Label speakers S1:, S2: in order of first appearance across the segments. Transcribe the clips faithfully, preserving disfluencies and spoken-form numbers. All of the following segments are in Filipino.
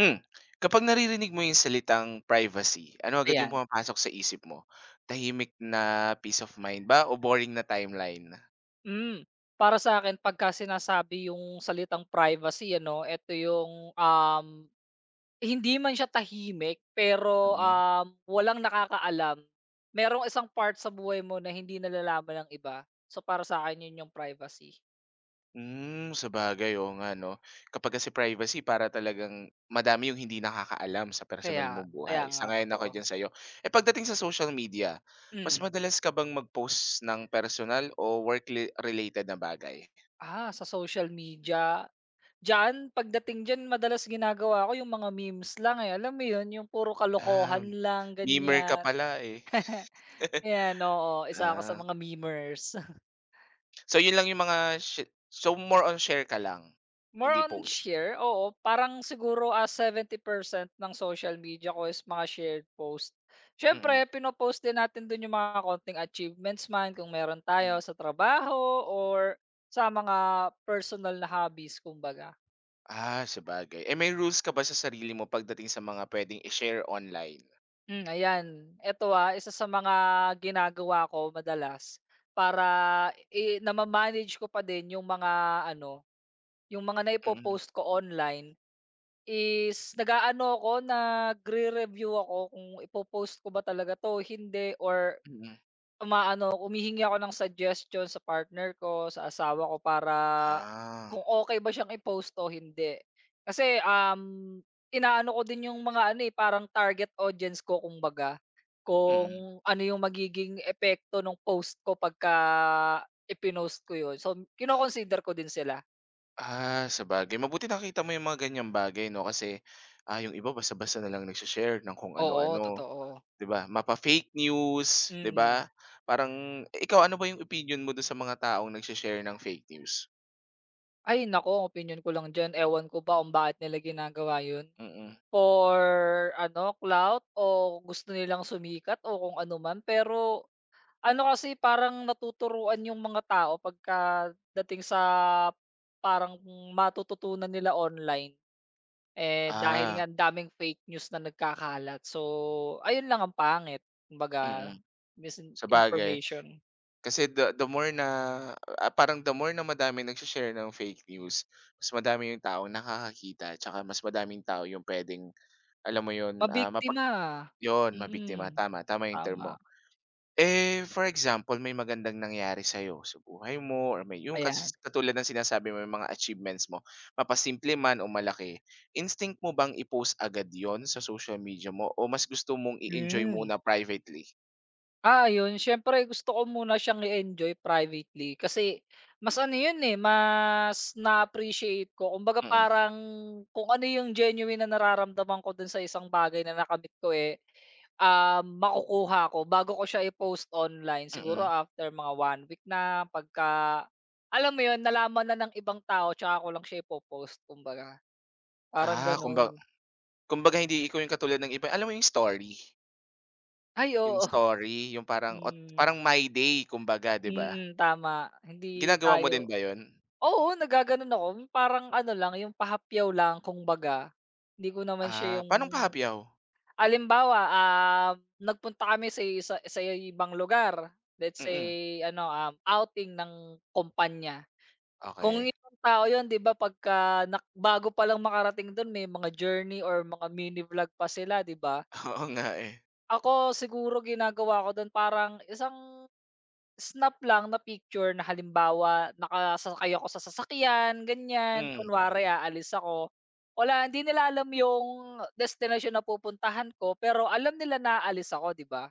S1: Hmm. Kapag naririnig mo yung salitang privacy, ano agad yung
S2: Ayan,
S1: pumapasok sa isip mo? Tahimik na peace of mind ba o boring na timeline?
S2: hmm. Para sa akin pagka sinasabi yung salitang privacy ano, eto yung, um, hindi man siya tahimik pero,
S1: Mhm. Mm.
S2: um, walang nakakaalam. Merong isang part sa buhay mo na hindi nalalaman ng iba. So, para sa'kin yun yung privacy.
S1: Hmm, sabagay, oo nga 'no. Kapag kasi privacy para talagang madami yung hindi nakakaalam sa personal
S2: Kaya
S1: mong
S2: kaya
S1: buhay.
S2: nga
S1: Sang-ayon ako
S2: totoo.
S1: diyan sa'yo. Eh, pagdating sa social media, mas
S2: Hmm.
S1: madalas ka bang mag-post ng personal o work related na bagay?
S2: Ah, sa social media, diyan pagdating diyan madalas ginagawa ko yung mga memes lang, eh, alam mo yun yung puro
S1: Ah,
S2: kalokohan lang,
S1: memer ka
S2: ganyan.
S1: pala, eh.
S2: Ayan, oo, isa ako sa
S1: Ah.
S2: mga memers.
S1: So yun lang yung mga shi so more on share ka lang,
S2: More
S1: hindi
S2: on
S1: post?
S2: share, oo. Parang siguro, ah, seventy percent ng social media ko is mga shared post.
S1: Mm,
S2: Siyempre pino-post din natin dun yung mga konting achievements man kung meron tayo
S1: hmm.
S2: sa trabaho or sa mga personal na hobbies kumbaga.
S1: Ah, sabagay. Eh, may rules ka ba sa sarili mo pagdating sa mga puwedeng i-share online?
S2: Hmm, ayan. Eto, ah, isa sa mga ginagawa ko madalas para i nama-manage ko pa din yung mga ano, yung mga
S1: Mm,
S2: naipo-post ko online. Is nag-aano ako, nagre-review ako kung ipo-post ko ba talaga 'to, hindi or
S1: mm.
S2: umaano, humihingi ako ng suggestion sa partner ko, sa asawa ko para
S1: Ah,
S2: kung okay ba siyang i-post o hindi. Kasi, um, inaano ko din yung mga ano, eh, parang target audience ko kumbaga,
S1: mm.
S2: kung ano yung magiging epekto ng post ko pagka ipinost ko yun. So, kinoconsider ko din sila.
S1: Ah, sabagay. Mabuti nakita mo yung mga ganyang bagay 'no, kasi, ah, yung iba basta-basta na lang nagshe ng kung
S2: Oo,
S1: ano-ano,
S2: totoo.
S1: 'di ba? Mapa-fake news, 'di ba?
S2: Mm.
S1: Parang eh, ikaw ano ba yung opinyon mo dun sa mga taong nagshe ng fake news?
S2: Ay naku, opinyon ko lang diyan, ewan ko ba kung bakit nila ginagawa yun,
S1: Mm.
S2: for ano, clout o gusto nilang sumikat o kung ano man. Pero ano kasi parang natuturuan yung mga tao pagkadating sa parang matututunan nila online. Eh, dahil
S1: Ah,
S2: nga ang daming fake news na nagkakalat. So, ayun lang ang pangit,
S1: mm.
S2: kumbaga
S1: Sabagay.
S2: misinformation.
S1: Kasi the the more na, ah, parang the more na madami nagshe-share ng fake news, mas madami yung taong nakakakita tsaka mas madaming tao yung puwedeng, alam mo yun, ah, mapag
S2: Mabiktima,
S1: yun,
S2: mm,
S1: mabiktima. Tama, tama yung term
S2: tama,
S1: mo. Eh, for example, may magandang nangyari sa'yo sa buhay mo or may yung kasi
S2: ayan,
S1: katulad ng sinasabi mo, yung mga achievements mo, mapasimple man o malaki, instinct mo bang i-post agad yon sa social media mo o mas gusto mong i-enjoy
S2: hmm.
S1: muna privately?
S2: Ah, ayun siyempre gusto ko muna siyang i-enjoy privately kasi mas ano yun, eh, mas na-appreciate ko kumbaga
S1: Mm,
S2: parang kung ano yung genuine na nararamdaman ko dun sa isang bagay na nakamit ko, eh, um, makukuha ko bago ko siya i-post online siguro
S1: mm.
S2: after mga one week na pagka alam mo yun nalaman na ng ibang tao tsaka ko lang siya ipopost post kumbaga, parang
S1: Ah, kumba
S2: ganun.
S1: Kumbaga hindi ikaw yung katulad ng iba, alam mo yung story?
S2: Ay
S1: Yung
S2: oo,
S1: story, yung parang ot
S2: hmm,
S1: parang My Day kumbaga, 'di ba?
S2: mm, tama hindi
S1: Ginagawa mo din
S2: tayo.
S1: ba yon?
S2: Oo, naggaganon ako. Parang ano lang, yung pahapyaw lang kumbaga. Hindi ko naman siya
S1: Ah,
S2: yung
S1: paano pa happy hour?
S2: halimbawa, um, nagpunta kami sa isa sa ibang lugar. Let's
S1: Mm.
S2: say ano, um, outing ng kumpanya. Kung
S1: Okey.
S2: yung ibang tao yun 'di ba pagka nak bago pa lang makarating dun may mga journey or mga mini vlog pa sila, 'di ba?
S1: Oo nga, eh.
S2: Ako siguro ginagawa ko dun parang isang Snap lang na picture na halimbawa nakasakay ako sa sasakyan, ganyan.
S1: Hmm.
S2: Kunwari aalis ako, wala hindi nila alam yung destination na pupuntahan ko, pero alam nila na aalis ako, 'di ba?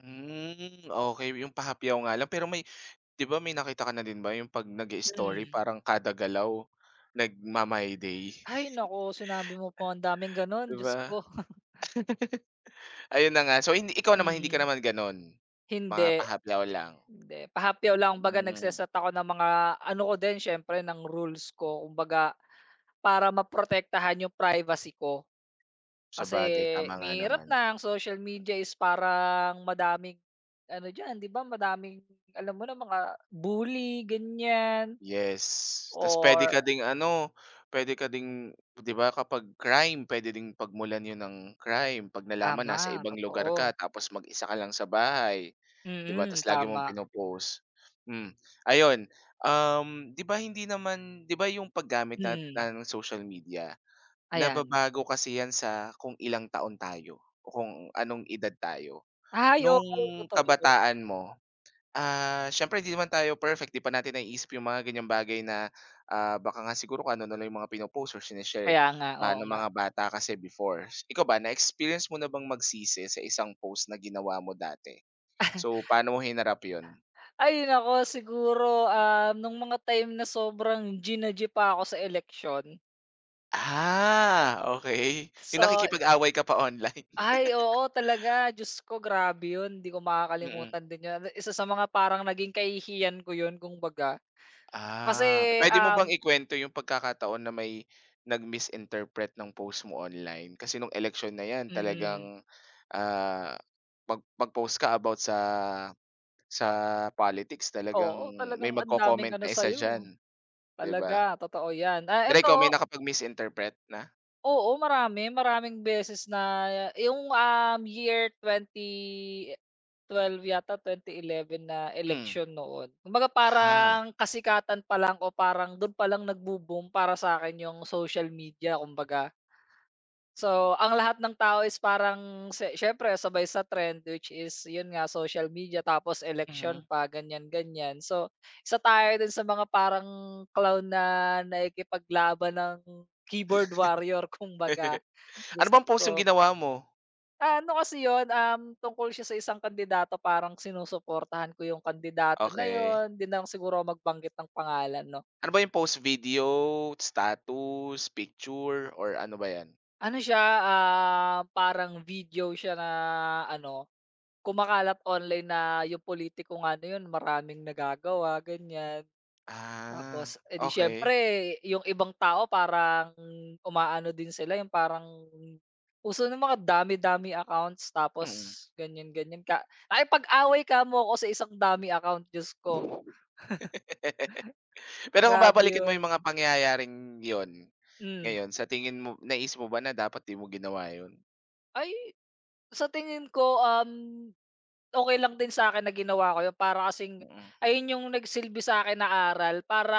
S1: Hmm, okey yung pa nga lang pero may 'di ba may nakita ka na din ba yung 'pag nag story
S2: Mm.
S1: parang kada galaw nagma-My Day,
S2: Hay naku, sinabi mo pa ang daming gano'n,
S1: 'di ba?
S2: Diyos ko.
S1: Ayun na nga, so hindi ikaw naman hindi ka
S2: Mm.
S1: naman gano'n? Mga
S2: Hindi,
S1: pa-happy hour lang?
S2: hindi. Pahapyaw lang kumbaga
S1: Hmm,
S2: nagse-set ako ng mga ano ko din siyempre ng rules ko kumbaga para maprotektahan yung privacy ko. Kasi
S1: sabagay tama nga
S2: mahirap
S1: naman.
S2: na ang social media is parang madaming ano diyan, 'di ba, madaming alam mo na mga bully ganyan
S1: Yes. Tapos, puwede
S2: or
S1: ka ding ano, puwede ka ding 'di ba kapag crime, puwede ding pagmulan 'yun ng crime 'pag nalaman nasa
S2: tama,
S1: ibang lugar
S2: totoo.
S1: ka tapos mag-isa ka lang sa bahay, 'di ba?
S2: Mm,
S1: Tapos, lagi mong
S2: tama,
S1: pino-post. Hmm, ayun, um, 'di ba hindi naman 'di ba yung paggamit nat
S2: mm,
S1: na ng social media,
S2: ayan.
S1: nababago kasi 'yan sa kung ilang taon tayo o kung anong edad tayo.
S2: Ay, oo,
S1: Nung
S2: totoo.
S1: kabataan mo. Ah, syempre hindi naman tayo perfect, 'di pa natin naiisip yung mga ganyang bagay na, ah, baka nga siguro kung ano na lang yung mga pino-post or shine-share,
S2: Kaya nga,
S1: ah,
S2: oo
S1: ng
S2: nga.
S1: mga bata kasi before. Ikaw ba, na-experience mo na bang magsisi sa isang post na ginawa mo dati? So, paano mo hinarap yun?
S2: Ay nako siguro, um nung mga time na sobrang ginaji pa ako sa election.
S1: Ah, okay. Yung
S2: So,
S1: nakikipag-away ka pa online.
S2: ay, oo talaga. Diyos ko, grabe 'yun. Hindi ko
S1: Mm.
S2: makakalimutan din 'yun. Isa sa mga parang naging kahihiyan ko 'yun kung baga.
S1: Ah,
S2: Kasi,
S1: puwede mo bang
S2: um
S1: ikuwento yung pagkakataon na may nag-misinterpret ng post mo online? Kasi nung election na 'yan
S2: mm.
S1: talagang, ah, mag mag-post ka about sa sa politics talagang
S2: Oo,
S1: may
S2: talagang ang daming
S1: magko-comment
S2: ano
S1: na isa diyan,
S2: sa'yo.
S1: 'di ba?
S2: Talaga, totoo 'yan. Ah,
S1: Pero ikaw may
S2: eto,
S1: nakapag-misinterpret na?
S2: oo, marami. Maraming beses na yung, um, year twenty twelve yata, twenty eleven na
S1: Hmm,
S2: election noon. Kumbaga
S1: ah,
S2: parang kasikatan pa lang o parang dun pa lang nagbo-boom para sa'kin yung social media kumbaga. So, ang lahat ng tao is parang si siyempre sabay sa trend which is yun nga social media tapos election
S1: mhm.
S2: pa ganyan, ganyan. So, isa tayo dun sa mga parang clown na nakikipaglaban ng keyboard warrior kumbaga,
S1: Ano
S2: Diyos
S1: bang post yung
S2: ko.
S1: ginawa mo?
S2: Ah, ano kasi yun, um, tungkol siya sa isang kandidato parang sinusuportahan ko yung kandidato na
S1: Okay.
S2: yun, 'di na lang siguro ako magbanggit ng pangalan 'no.
S1: Ano ba yung post, video, status, picture, or ano ba 'yan?
S2: Ano siya, ah, parang video siya na ano. Kumakalat online na yung politiko nga na yun maraming nagagawa, ganyan.
S1: Ah,
S2: Tapos, edi,
S1: okay.
S2: di yung ibang tao parang umaano din sila yung parang uso ng mga dami-dami accounts tapos
S1: Mm.
S2: ganyan, ganyan ka nakipag-away kamo ako sa isang dami account, Diyos ko,
S1: Pero kung
S2: grabe
S1: babalikan mo yung mga
S2: yun.
S1: pangyayaring yon
S2: Hmm.
S1: ngayon sa tingin mo naisip mo ba na dapat di mo ginawa yun?
S2: Ay, sa tingin ko, um okay lang din sa'kin na ginawa ko yun para kasing
S1: Mm.
S2: ayun yung nagsilbi sa'kin na aral para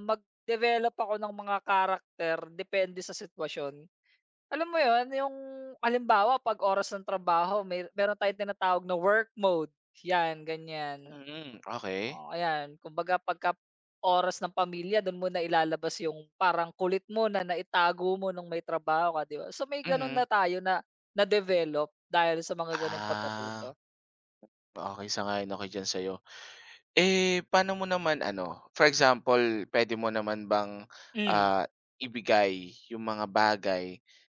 S2: mag-develop ako ng mga karakter depende sa sitwasyon. Alam mo yun, yung halimbawa 'pag oras ng trabaho may meron tayong tinatawag na work mode, yan ganyan.
S1: Mm, okay.
S2: Oo, ayan kumbaga pagka oras ng pamilya dun mo na ilalabas yung parang kulit mo na naitago mo nung may trabaho ka, 'di ba? So, may ganun na
S1: Mhm.
S2: tayo na na-develop dahil sa mga ganung
S1: Ah,
S2: pagkatuto.
S1: okey sang-ayon ako diyan sa'yo. Eh, paano mo naman ano, for example pwede mo naman bang,
S2: Hmm,
S1: ah, ibigay yung mga bagay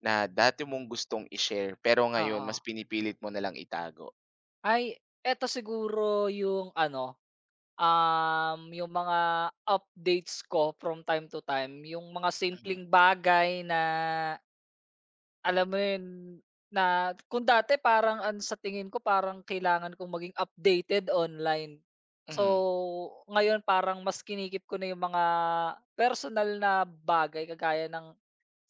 S1: na dati mong gustong i-share pero ngayon
S2: oo.
S1: mas pinipilit mo na lang itago?
S2: Ay, eto siguro yung ano, um, yung mga updates ko from time to time, yung mga
S1: Mhm.
S2: simpleng bagay na alam mo yun, na kung dati parang an sa tingin ko parang kailangan kong maging updated online. So,
S1: Mhm,
S2: ngayon parang mas kinikip ko na yung mga personal na bagay kagaya ng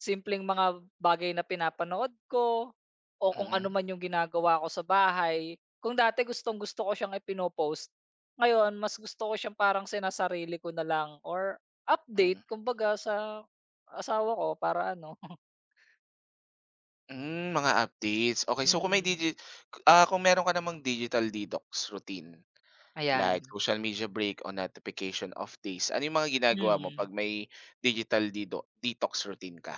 S2: simpleng mga bagay na pinapanood ko o kung ano
S1: mm,
S2: man yung ginagawa ko sa bahay. Kung dati gustong-gusto ko siyang ipinopost, ngayon mas gusto ko siyang parang sinasarili ko na lang or update
S1: mm.
S2: kumbaga sa asawa ko para ano.
S1: Hmm, mga updates. Okay, so kung may
S2: Mm.
S1: digi ah, kung meron ka namang digital detox routine,
S2: Ayan,
S1: like social media break o notification off days, ano yung mga ginagawa mo
S2: mm.
S1: 'pag may digital dedo detox routine ka?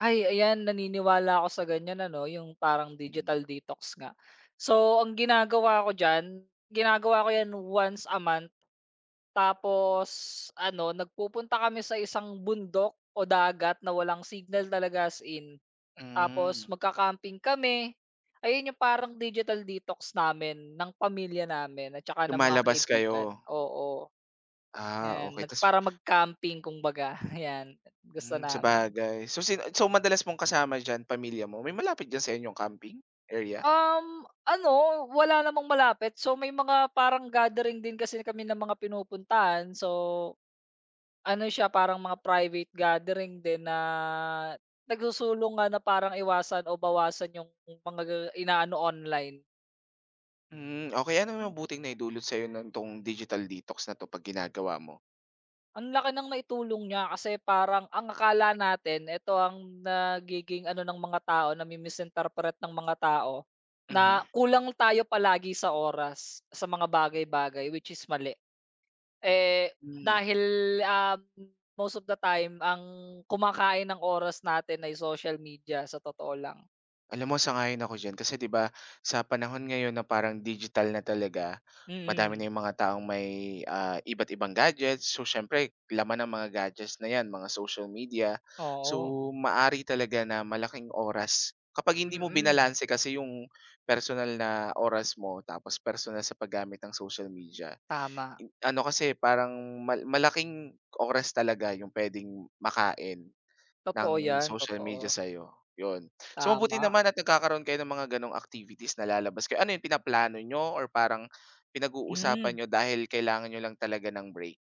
S2: Ay, ayan naniniwala ako sa ganyan ano, yung parang
S1: Mm.
S2: digital detox nga. So, ang ginagawa ko diyan, ginagawa ko 'yan once a month tapos ano, nagpupunta kami sa isang bundok o dagat na walang signal talaga as in.
S1: Hmm,
S2: Tapos magka-camping kami. Ayun yung parang digital detox namin ng pamilya namin at saka ng mga
S1: lumalabas kayo.
S2: kaibigan, oo.
S1: Ah,
S2: 'Yan,
S1: okay.
S2: nag
S1: Ta's
S2: para mag-camping kumbaga, ayan, gusto
S1: hmm,
S2: namin.
S1: sabagay. So sin, so madalas mong kasama diyan pamilya mo? May malapit diyan sa inyong camping area?
S2: Um, ano, wala namang malapit. So, may mga parang gathering din kasi kami ng mga pinupuntahan. So, ano siya, parang mga private gathering din na nagsusulong nga na parang iwasan o bawasan yung mga ga- inaano online.
S1: Hmm, okay. Ano yung mabuting naidulot sa'yo nitong digital detox na 'to 'pag ginagawa mo?
S2: Ang laki ng naitulong niya kasi parang ang akala natin, ito ang nagiging ano ng mga tao, nami-misinterpret ng mga tao,
S1: Mhm.
S2: na kulang tayo palagi sa oras, sa mga bagay-bagay, which is mali. Eh,
S1: Hmm.
S2: dahil, um, most of the time ang kumakain ng oras natin ay social media sa totoo lang.
S1: Alam mo sang-ayon ako diyan kasi 'di ba sa panahon ngayon na parang digital na talaga, madami na
S2: Mm,
S1: yung mga taong may, ah, iba't ibang gadgets. So siyempre laman ng mga gadgets na 'yan mga social media. So
S2: oo.
S1: maari talaga na malaking oras kapag hindi mo
S2: Mm,
S1: binalanse kasi yung personal na oras mo tapos personal sa paggamit ng social media.
S2: tama.
S1: in- Ano kasi parang mal malaking oras talaga yung puwedeng makain.
S2: Totoo
S1: Ng
S2: 'yan,
S1: social
S2: totoo.
S1: media sa'yo, yun. So mabuti
S2: Tama,
S1: naman at nagkakaroon kayo ng mga ganong activities na lalabas kayo. Ano yun, pinaplano niyo or parang pinag-uusapan
S2: hmm.
S1: niyo dahil kailangan niyo lang talaga ng break?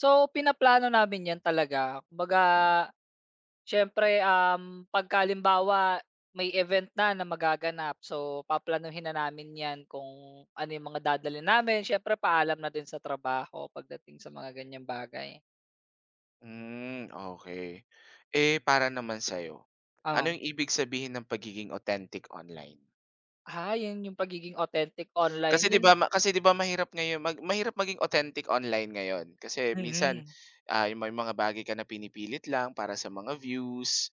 S2: So, pinaplano namin 'yan talaga kumbaga
S1: Mm.
S2: siyempre, um, pagka may event na na magaganap, so paplanuhin na namin 'yan kung ano yung mga dadalhin namin, siyempre paalam na din sa trabaho pagdating sa mga ganyang bagay.
S1: Hmm, okey. Eh, para naman sa'yo, ano
S2: Oo.
S1: yung ibig sabihin ng pagiging authentic online?
S2: Ah, 'yun yung pagiging authentic online,
S1: Kasi 'di
S2: 'yun
S1: ba ma kasi 'di ba mahirap ngayon mag mahirap maging authentic online ngayon. Kasi minsan,
S2: mm.
S1: ah, yung may mga bagay ka na pinipilit lang para sa mga views,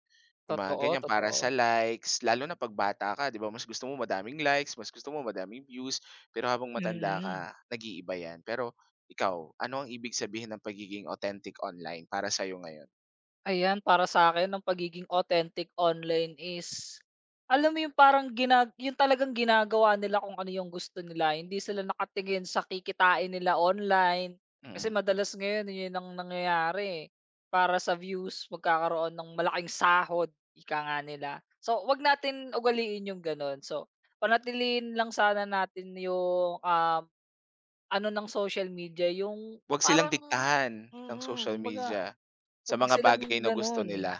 S1: yung mga
S2: Totoo,
S1: ganyan, para sa
S2: totoo.
S1: likes. Lalo na 'pag bata ka 'di ba mas gusto mo madaming likes, mas gusto mo madaming views, pero habang matanda
S2: Mm.
S1: ka nag-iiba 'yan. Pero ikaw, ano ang ibig sabihin ng pagiging authentic online para sa'yo ngayon?
S2: Ayan, para sa'kin ang pagiging authentic online is, alam mo yung parang gina yung talagang ginagawa nila kung ano yung gusto nila, hindi sila nakatingin sa kikitain nila online. Kasi
S1: Mm.
S2: madalas ngayon yun ang nangyayari, eh, para sa views magkakaroon ng malaking sahod, ika nga nila. So, 'wag natin ugaliin yung gano'n. So, panatilihin lang sana natin yung, um, ano ng social media yung
S1: 'Wag silang
S2: parang
S1: diktahan ng
S2: mm,
S1: social
S2: kumbaga
S1: media sa
S2: 'wag
S1: mga bagay
S2: silang
S1: na gusto
S2: gano'n.
S1: nila,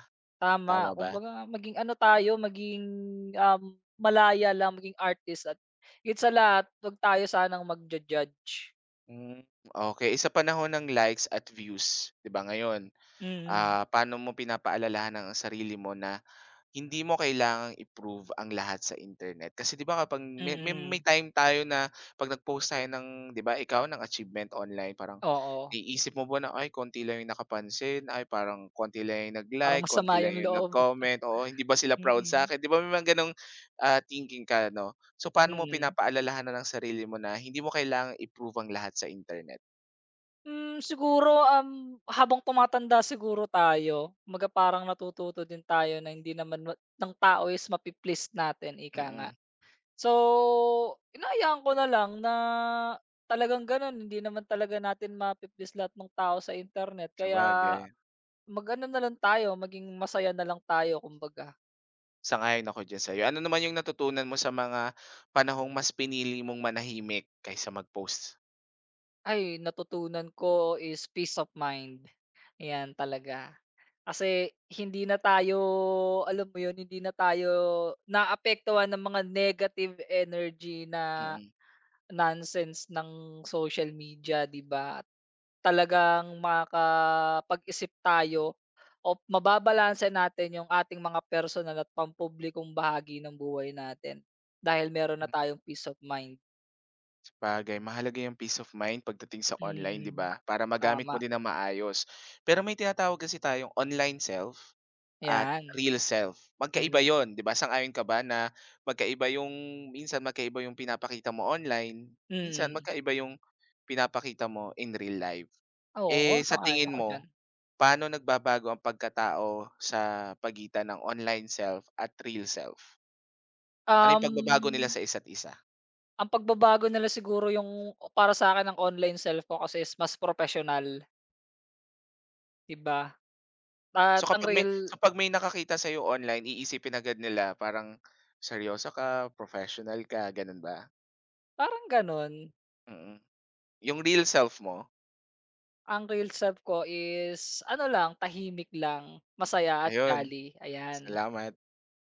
S1: tama
S2: Tama,
S1: ba?
S2: kumbaga maging ano tayo, maging, um, malaya lang, maging artist at higit sa lahat 'wag tayo sanang magju-judge.
S1: Hmm, okey. Eh, sa panahon ng likes at views, 'di ba ngayon,
S2: Mm,
S1: ah, paano mo pinapaalalahanan ang sarili mo na hindi mo kailangang i-prove ang lahat sa internet. Kasi 'di ba kapag may may may
S2: mm.
S1: time tayo na 'pag nag-post tayo ng 'di ba ikaw ng achievement online parang
S2: Oo,
S1: iniisip mo ba na, "Ay konti lang yung nakapansin, ay parang konti lang yung
S2: parang
S1: nag-like, konti
S2: masama
S1: lang
S2: yung
S1: yung
S2: loob.
S1: nag-comment, oo hindi ba sila proud sa
S2: Mm,
S1: sa'kin?" 'Di ba may mga gano'ng, ah, thinking ka 'no? So paano mo
S2: mm.
S1: pinapaalalahanan ang sarili mo na hindi mo kailangang i-prove ang lahat sa internet?
S2: Hmm, siguro, um, habang tumatanda siguro tayo, kumbaga parang natututo din tayo na hindi naman ma ng tao is mapi natin, ika nga.
S1: Mm,
S2: So, hinayaan ko na lang na talagang gano'n hindi naman talaga natin mapiplease lahat ng tao sa internet kaya
S1: sabagay.
S2: mag-ano na lang tayo, maging masaya na lang tayo kumbaga.
S1: Sang-ayon ako diyan sa'yo. Ano naman yung natutunan mo sa mga panahong mas pinili mong manahimik kaysa mag-post?
S2: Ay, natutunan ko is peace of mind, 'yan talaga. Kasi hindi na tayo, alam mo 'yun, hindi na tayo naapektuhan ng mga negative energy na
S1: Mm.
S2: nonsense ng social media, 'di ba? Talagang makapag isip tayo o mababalanse natin yung ating mga personal at pampublikong bahagi ng buhay natin dahil meron na
S1: Hmm,
S2: tayong peace of mind.
S1: sabagay mahalaga yung peace of mind pagdating sa online, 'di
S2: Mm,
S1: ba? Para magamit mo
S2: tama,
S1: din na maayos. Pero may tinatawag kasi tayong online self at
S2: 'yan.
S1: real self. Magkaiba
S2: Mm,
S1: 'yun, 'di ba? Sang-ayon ka ba na magkaiba yung minsan magkaiba yung pinapakita mo online, minsan
S2: mm.
S1: magkaiba yung pinapakita mo in real life.
S2: Oo,
S1: Eh, sa
S2: sang-ayon
S1: tingin
S2: ako diyan.
S1: mo, paano nagbabago ang pagkatao sa pagitan ng online self at real self? Ano yung pagbabago nila
S2: Um,
S1: sa isa't isa?
S2: ang pagbabago nila siguro yung para sa'kin ang online self ko kasi is mas professional, 'di ba?
S1: So
S2: At ang
S1: kapag may
S2: real
S1: kapag may nakakita sa'yo online iisipin agad nila parang seryoso ka, professional ka, ganun ba?
S2: parang gano'n.
S1: Mm. Yung real self mo,
S2: Ang real self ko is ano lang, tahimik lang, masaya at
S1: ayun,
S2: jolly, ayan.
S1: salamat.